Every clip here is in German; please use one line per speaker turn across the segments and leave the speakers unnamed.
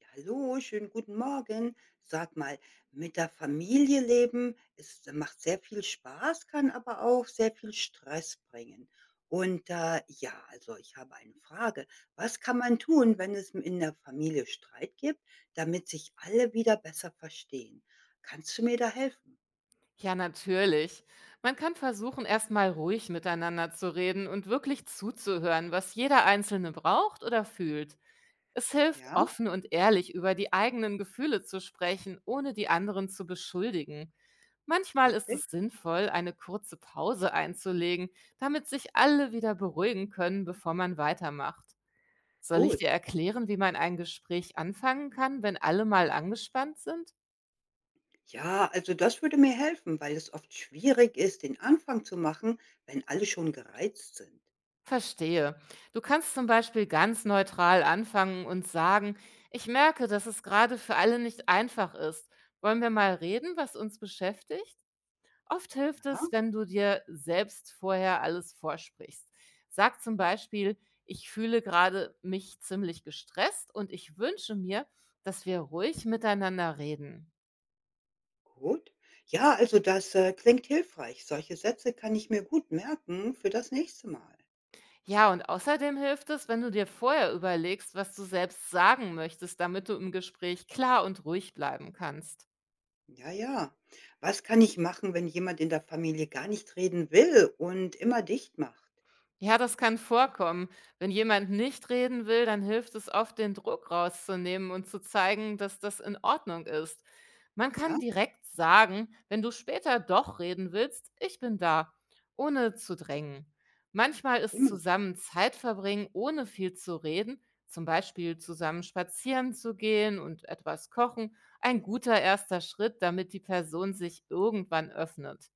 Ja, hallo, schönen guten Morgen. Sag mal, mit der Familie leben, es macht sehr viel Spaß, kann aber auch sehr viel Stress bringen. Also ich habe eine Frage. Was kann man tun, wenn es in der Familie Streit gibt, damit sich alle wieder besser verstehen? Kannst du mir da helfen?
Ja, natürlich. Man kann versuchen, erstmal ruhig miteinander zu reden und wirklich zuzuhören, was jeder Einzelne braucht oder fühlt. Es hilft,
Ja,
offen und ehrlich über die eigenen Gefühle zu sprechen, ohne die anderen zu beschuldigen. Manchmal ist
richtig.
es sinnvoll, eine kurze Pause einzulegen, damit sich alle wieder beruhigen können, bevor man weitermacht. Soll ich
Gut.
dir erklären, wie man ein Gespräch anfangen kann, wenn alle mal angespannt sind?
Ja, also das würde mir helfen, weil es oft schwierig ist, den Anfang zu machen, wenn alle schon gereizt sind.
Verstehe. Du kannst zum Beispiel ganz neutral anfangen und sagen, ich merke, dass es gerade für alle nicht einfach ist. Wollen wir mal reden, was uns beschäftigt? Oft hilft
Aha.
es, wenn du dir selbst vorher alles vorsprichst. Sag zum Beispiel, ich fühle gerade mich ziemlich gestresst und ich wünsche mir, dass wir ruhig miteinander reden.
Gut. Ja, also das klingt hilfreich. Solche Sätze kann ich mir gut merken für das nächste Mal.
Ja, und außerdem hilft es, wenn du dir vorher überlegst, was du selbst sagen möchtest, damit du im Gespräch klar und ruhig bleiben kannst.
Ja, ja. Was kann ich machen, wenn jemand in der Familie gar nicht reden will und immer dicht macht?
Ja, das kann vorkommen. Wenn jemand nicht reden will, dann hilft es oft, den Druck rauszunehmen und zu zeigen, dass das in Ordnung ist. Man
Ja,
kann direkt sagen, wenn du später doch reden willst, ich bin da, ohne zu drängen. Manchmal ist
immer.
zusammen Zeit verbringen, ohne viel zu reden, zum Beispiel zusammen spazieren zu gehen und etwas kochen, ein guter erster Schritt, damit die Person sich irgendwann öffnet.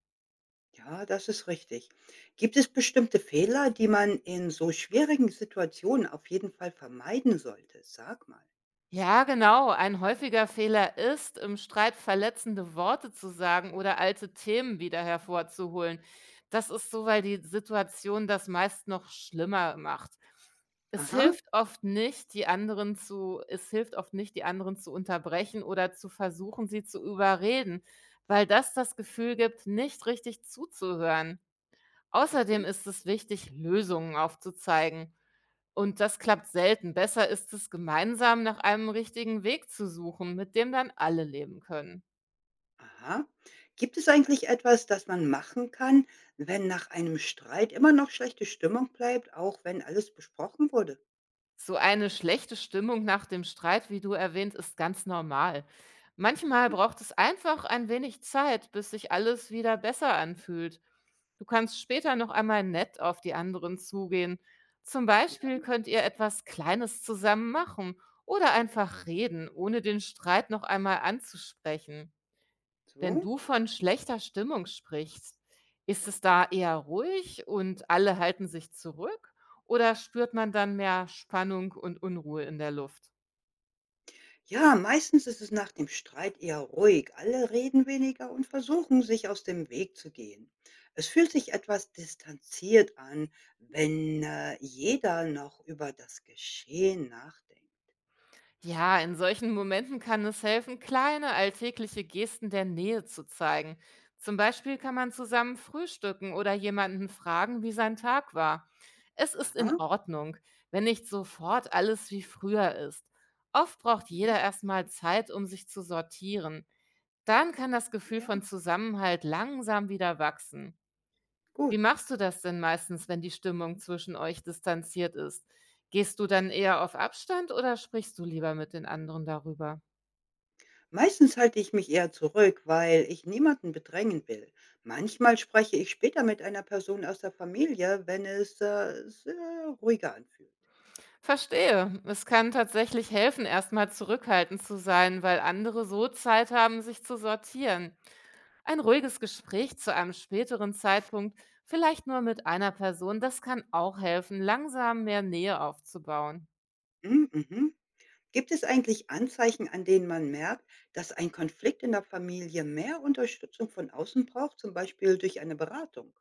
Ja, das ist richtig. Gibt es bestimmte Fehler, die man in so schwierigen Situationen auf jeden Fall vermeiden sollte? Sag mal.
Ja, genau. Ein häufiger Fehler ist, im Streit verletzende Worte zu sagen oder alte Themen wieder hervorzuholen. Das ist so, weil die Situation das meist noch schlimmer macht.
Aha,
Es hilft oft nicht, die anderen zu unterbrechen oder zu versuchen, sie zu überreden, weil das das Gefühl gibt, nicht richtig zuzuhören. Außerdem
richtig.
ist es wichtig, Lösungen aufzuzeigen. Und das klappt selten. Besser ist es, gemeinsam nach einem richtigen Weg zu suchen, mit dem dann alle leben können.
Aha. Gibt es eigentlich etwas, das man machen kann, wenn nach einem Streit immer noch schlechte Stimmung bleibt, auch wenn alles besprochen wurde?
So eine schlechte Stimmung nach dem Streit, wie du erwähnt, ist ganz normal. Manchmal braucht es einfach ein wenig Zeit, bis sich alles wieder besser anfühlt. Du kannst später noch einmal nett auf die anderen zugehen. Zum
Ja,
Beispiel könnt ihr etwas Kleines zusammen machen oder einfach reden, ohne den Streit noch einmal anzusprechen. Wenn
so?
du von schlechter Stimmung sprichst, ist es da eher ruhig und alle halten sich zurück oder spürt man dann mehr Spannung und Unruhe in der Luft?
Ja, meistens ist es nach dem Streit eher ruhig. Alle reden weniger und versuchen, sich aus dem Weg zu gehen. Es fühlt sich etwas distanziert an, wenn jeder noch über das Geschehen nachdenkt.
Ja, in solchen Momenten kann es helfen, kleine alltägliche Gesten der Nähe zu zeigen. Zum Beispiel kann man zusammen frühstücken oder jemanden fragen, wie sein Tag war. Es ist in
Aha.
Ordnung, wenn nicht sofort alles wie früher ist. Oft braucht
Mhm.
jeder erstmal Zeit, um sich zu sortieren. Dann kann das Gefühl
Ja,
von
ja,
Zusammenhalt langsam wieder wachsen. Wie
gut.
machst du das denn meistens, wenn die Stimmung zwischen euch distanziert ist? Gehst du dann eher auf Abstand oder sprichst du lieber mit den anderen darüber?
Meistens halte ich mich eher zurück, weil ich niemanden bedrängen will. Manchmal spreche ich später mit einer Person aus der Familie, wenn es sehr ruhiger anfühlt.
Verstehe. Es kann tatsächlich helfen, erstmal zurückhaltend zu sein, weil andere so Zeit haben, sich zu sortieren. Ein ruhiges Gespräch zu einem späteren Zeitpunkt, vielleicht nur mit einer Person, das kann auch helfen, langsam mehr Nähe aufzubauen.
Mhm, mhm. Gibt es eigentlich Anzeichen, an denen man merkt, dass ein Konflikt in der Familie mehr Unterstützung von außen braucht, zum Beispiel durch eine Beratung?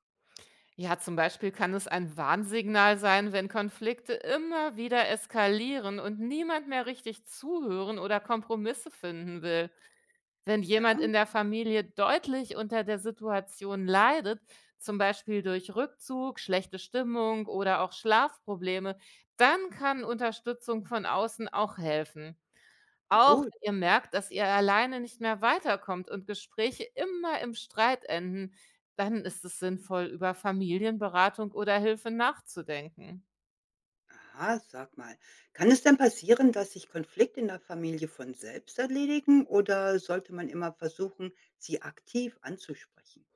Ja, zum Beispiel kann es ein Warnsignal sein, wenn Konflikte immer wieder eskalieren und niemand mehr richtig zuhören oder Kompromisse finden will. Wenn jemand
Ja,
in der Familie deutlich unter der Situation leidet, zum Beispiel durch Rückzug, schlechte Stimmung oder auch Schlafprobleme, dann kann Unterstützung von außen auch helfen. Auch
gut.
wenn ihr merkt, dass ihr alleine nicht mehr weiterkommt und Gespräche immer im Streit enden, dann ist es sinnvoll, über Familienberatung oder Hilfe nachzudenken.
Aha, sag mal. Kann es denn passieren, dass sich Konflikte in der Familie von selbst erledigen oder sollte man immer versuchen, sie aktiv anzusprechen?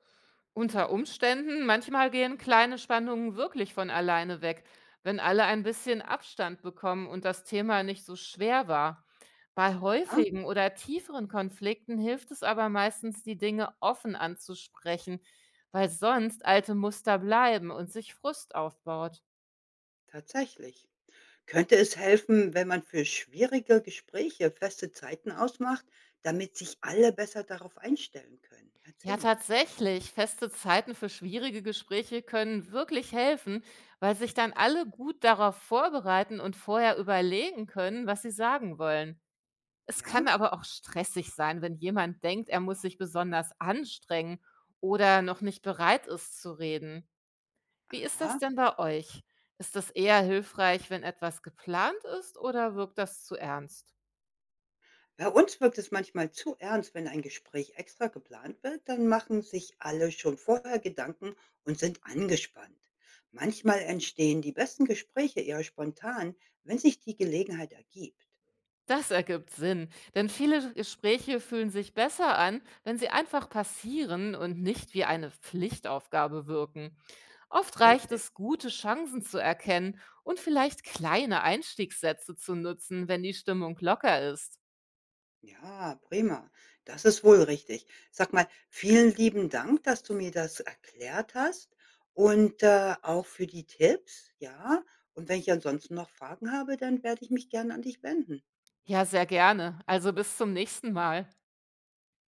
Unter Umständen, manchmal gehen kleine Spannungen wirklich von alleine weg, wenn alle ein bisschen Abstand bekommen und das Thema nicht so schwer war. Bei
Ja?
häufigen oder tieferen Konflikten hilft es aber meistens, die Dinge offen anzusprechen, weil sonst alte Muster bleiben und sich Frust aufbaut.
Tatsächlich. Könnte es helfen, wenn man für schwierige Gespräche feste Zeiten ausmacht, damit sich alle besser darauf einstellen können?
Ja,
Erzähl mal.
tatsächlich. Feste Zeiten für schwierige Gespräche können wirklich helfen, weil sich dann alle gut darauf vorbereiten und vorher überlegen können, was sie sagen wollen. Es
Ja?
kann aber auch stressig sein, wenn jemand denkt, er muss sich besonders anstrengen oder noch nicht bereit ist zu reden. Wie ist das
Aha.
denn bei euch? Ist das eher hilfreich, wenn etwas geplant ist oder wirkt das zu ernst?
Bei uns wirkt es manchmal zu ernst, wenn ein Gespräch extra geplant wird, dann machen sich alle schon vorher Gedanken und sind angespannt. Manchmal entstehen die besten Gespräche eher spontan, wenn sich die Gelegenheit ergibt.
Das ergibt Sinn, denn viele Gespräche fühlen sich besser an, wenn sie einfach passieren und nicht wie eine Pflichtaufgabe wirken. Oft reicht
Richtig.
es, gute Chancen zu erkennen und vielleicht kleine Einstiegssätze zu nutzen, wenn die Stimmung locker ist.
Ja, prima. Das ist wohl richtig. Sag mal, vielen lieben Dank, dass du mir das erklärt hast und auch für die Tipps, ja. Und wenn ich ansonsten noch Fragen habe, dann werde ich mich gerne an dich wenden.
Ja, sehr gerne. Also bis zum nächsten Mal.